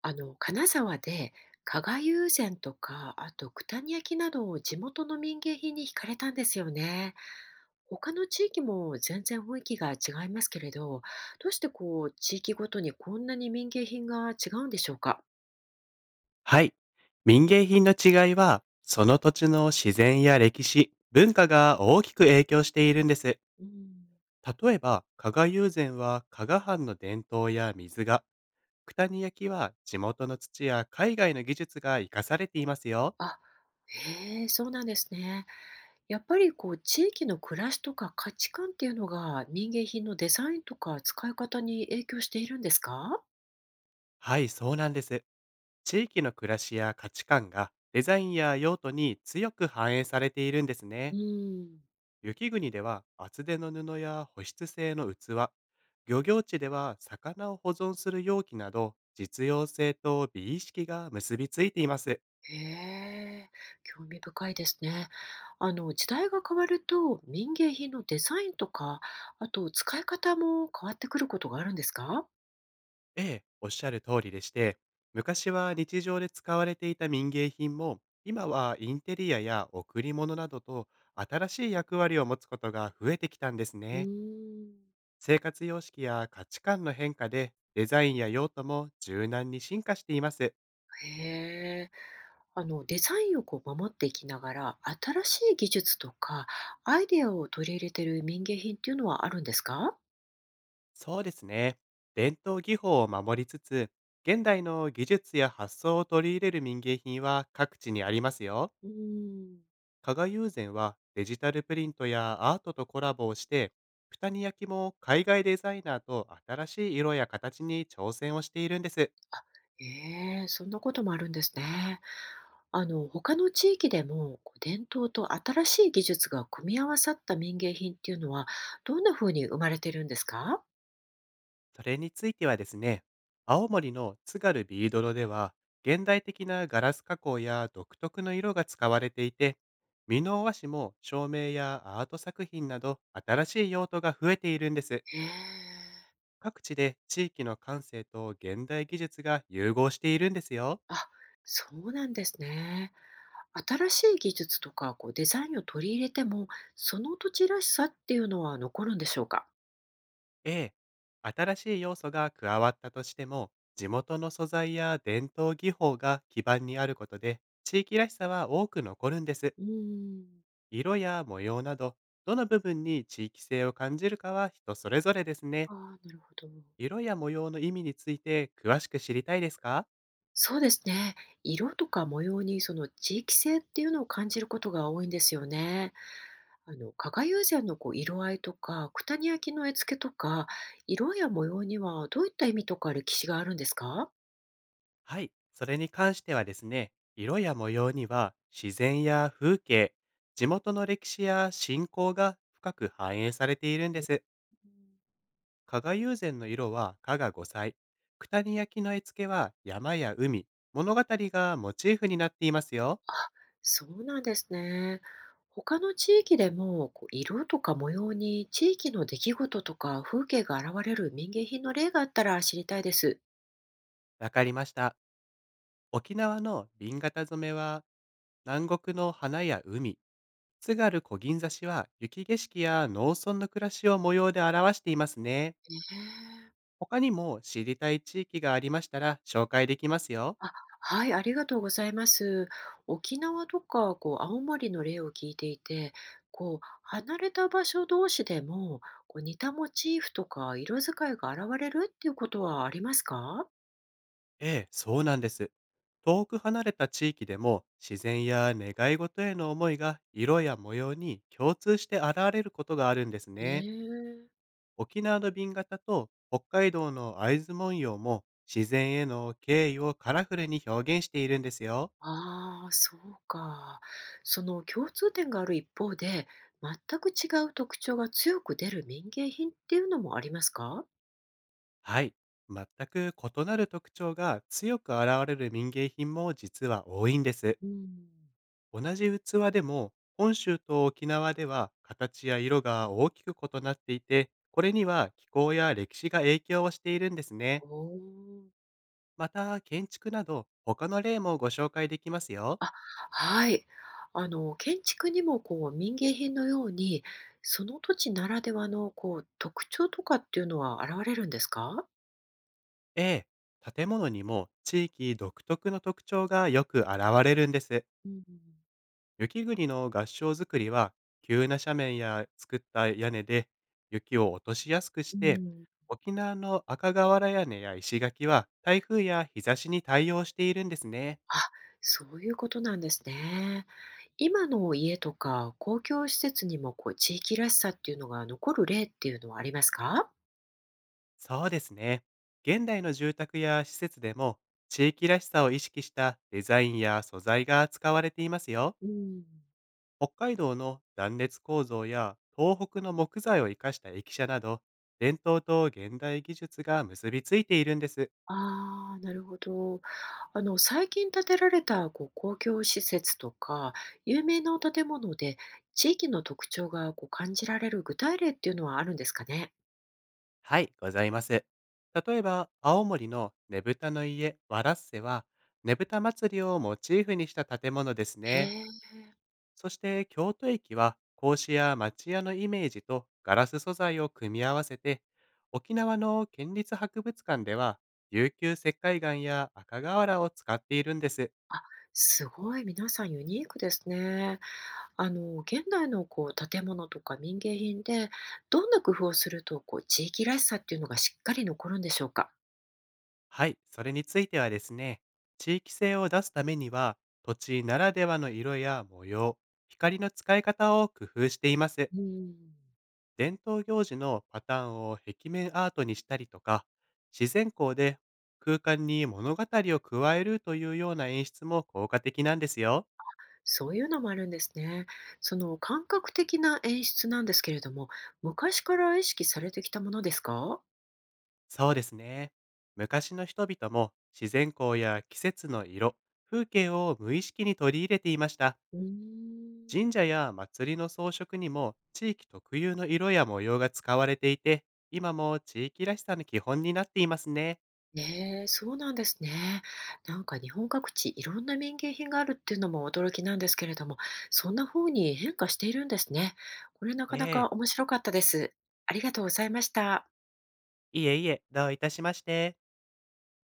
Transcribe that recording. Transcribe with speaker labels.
Speaker 1: 金沢で加賀友禅とか、あと九谷焼などを地元の民芸品に惹かれたんですよね。他の地域も全然雰囲気が違いますけれど、どうしてこう、地域ごとにこんなに民芸品が違うんでしょうか？
Speaker 2: はい。民芸品の違いは、その土地の自然や歴史、文化が大きく影響しているんです。
Speaker 1: うん。
Speaker 2: 例えば、加賀友禅は加賀藩の伝統や水が、九谷焼は地元の土や海外の技術が生かされていますよ。
Speaker 1: あ、へえ、そうなんですね。やっぱりこう、地域の暮らしとか価値観っていうのが民芸品のデザインとか使い方に影響しているんですか？
Speaker 2: はい、そうなんです。地域の暮らしや価値観がデザインや用途に強く反映されているんです
Speaker 1: う
Speaker 2: ね。
Speaker 1: ん。
Speaker 2: 雪国では厚手の布や保湿性の器、漁業地では魚を保存する容器など、実用性と美意識が結びついています。
Speaker 1: へえ、興味深いですね。時代が変わると、民芸品のデザインとか、あと使い方も変わってくることがあるんですか？
Speaker 2: ええ、おっしゃる通りでして、昔は日常で使われていた民芸品も、今はインテリアや贈り物などと新しい役割を持つことが増えてきたんです
Speaker 1: うー
Speaker 2: ね。
Speaker 1: ん。
Speaker 2: 生活様式や価値観の変化で、デザインや用途も柔軟に進化しています。
Speaker 1: へえ。デザインをこう守っていきながら、新しい技術とか、アイデアを取り入れている民芸品っていうのはあるんですか？
Speaker 2: そうですね。伝統技法を守りつつ、現代の技術や発想を取り入れる民芸品は各地にありますよ。
Speaker 1: うーん。
Speaker 2: 加賀友禅はデジタルプリントやアートとコラボをして、二に焼きも海外デザイナーと新しい色や形に挑戦をしているんです。
Speaker 1: あ、へえ、そんなこともあるんですね。他の地域でも、こう伝統と新しい技術が組み合わさった民芸品っていうのは、どんな風に生まれてるんですか？
Speaker 2: それについてはですね、青森の津軽ビードロでは、現代的なガラス加工や独特の色が使われていて、美濃和紙も照明やアート作品など新しい用途が増えているんです。
Speaker 1: へえ。
Speaker 2: 各地で地域の感性と現代技術が融合しているんですよ。
Speaker 1: あ、そうなんですね。新しい技術とかこうデザインを取り入れても、その土地らしさっていうのは残るんでしょうか？
Speaker 2: ええ。新しい要素が加わったとしても、地元の素材や伝統技法が基盤にあることで、地域らしさは多く残るんです。
Speaker 1: うーん。
Speaker 2: 色や模様など、どの部分に地域性を感じるかは人それぞれですね。
Speaker 1: ああ、なるほど。
Speaker 2: 色や模様の意味について詳しく知りたいですか？
Speaker 1: そうですね。色とか模様にその地域性っていうのを感じることが多いんですよね。加賀友禅のこう色合いとか、九谷焼の絵付けとか、色や模様にはどういった意味とか歴史があるんですか？
Speaker 2: はい。それに関してはですね、色や模様には自然や風景、地元の歴史や信仰が深く反映されているんです。加賀友禅の色は加賀五彩、九谷焼の絵付けは山や海、物語がモチーフになっていますよ。
Speaker 1: あ、そうなんですね。他の地域でもこう色とか模様に地域の出来事とか風景が現れる民芸品の例があったら知りたいです。
Speaker 2: わかりました。沖縄の瓶型染めは南国の花や海、津軽小銀座市は雪景色や農村の暮らしを模様で表していますね。
Speaker 1: へえ。
Speaker 2: 他にも知りたい地域がありましたら紹介できますよ。
Speaker 1: あ、はい、ありがとうございます。沖縄とか、こう、青森の例を聞いていて、こう、離れた場所同士でも、こう、似たモチーフとか色使いが現れるっていうことはありますか？
Speaker 2: ええ、そうなんです。遠く離れた地域でも自然や願い事への思いが色や模様に共通して現れることがあるんです
Speaker 1: え
Speaker 2: ね。
Speaker 1: ー、
Speaker 2: 沖縄の瓶型と北海道の会津文様も自然への敬意をカラフルに表現しているんですよ。
Speaker 1: ああ、そうか。その共通点がある一方で、全く違う特徴が強く出る民芸品っていうのもありますか？
Speaker 2: はい。全く異なる特徴が強く現れる民芸品も実は多いんです。
Speaker 1: うん。
Speaker 2: 同じ器でも本州と沖縄では形や色が大きく異なっていて、これには気候や歴史が影響をしているんですね。
Speaker 1: おー。
Speaker 2: また建築など他の例もご紹介できますよ。
Speaker 1: あ、はい。建築にもこう民芸品のように、その土地ならではのこう特徴とかっていうのは現れるんですか？
Speaker 2: A、建物にも地域独特の特徴がよく現れるんです。
Speaker 1: うん、
Speaker 2: 雪国の合掌造りは、急な斜面や作った屋根で雪を落としやすく
Speaker 1: う
Speaker 2: して、
Speaker 1: ん。
Speaker 2: 沖縄の赤瓦屋根や石垣は台風や日差しに対応しているんですね。
Speaker 1: あ、そういうことなんですね。今の家とか公共施設にもこう地域らしさっていうのが残る例っていうのはありますか？
Speaker 2: そうですね。現代の住宅や施設でも、地域らしさを意識したデザインや素材が使われていますよ。
Speaker 1: うん。
Speaker 2: 北海道の断熱構造や東北の木材を生かした駅舎など、伝統と現代技術が結びついているんです。
Speaker 1: ああ、なるほど。最近建てられたこう公共施設とか、有名なお建物で、地域の特徴がこう感じられる具体例っていうのはあるんですかね？
Speaker 2: はい、ございます。例えば、青森のねぶたの家、わらっせは、ねぶた祭りをモチーフにした建物です
Speaker 1: へ
Speaker 2: ね。
Speaker 1: え、
Speaker 2: そして、京都駅は、格子や町屋のイメージとガラス素材を組み合わせて、沖縄の県立博物館では、琉球石灰岩や赤瓦を使っているんです。
Speaker 1: すごい皆さんユニークですね。現代のこう建物とか民芸品で、どんな工夫をするとこう地域らしさっていうのがしっかり残るんでしょうか？
Speaker 2: はい、それについてはですね、地域性を出すためには、土地ならではの色や模様、光の使い方を工夫しています。
Speaker 1: うん。
Speaker 2: 伝統行事のパターンを壁面アートにしたりとか、自然光で空間に物語を加えるというような演出も効果的なんですよ。
Speaker 1: そういうのもあるんですね。その感覚的な演出なんですけれども、昔から意識されてきたものですか？
Speaker 2: そうですね。昔の人々も自然光や季節の色、風景を無意識に取り入れていました。
Speaker 1: うーん。
Speaker 2: 神社や祭りの装飾にも地域特有の色や模様が使われていて、今も地域らしさの基本になっていますね。
Speaker 1: ねえ、そうなんですね。なんか日本各地いろんな民芸品があるっていうのも驚きなんですけれども、そんな風に変化しているんですね。これな
Speaker 2: え
Speaker 1: かなか
Speaker 2: え。
Speaker 1: 面白かったです。ありがとうございました。
Speaker 2: いえいえ、どういたしまして。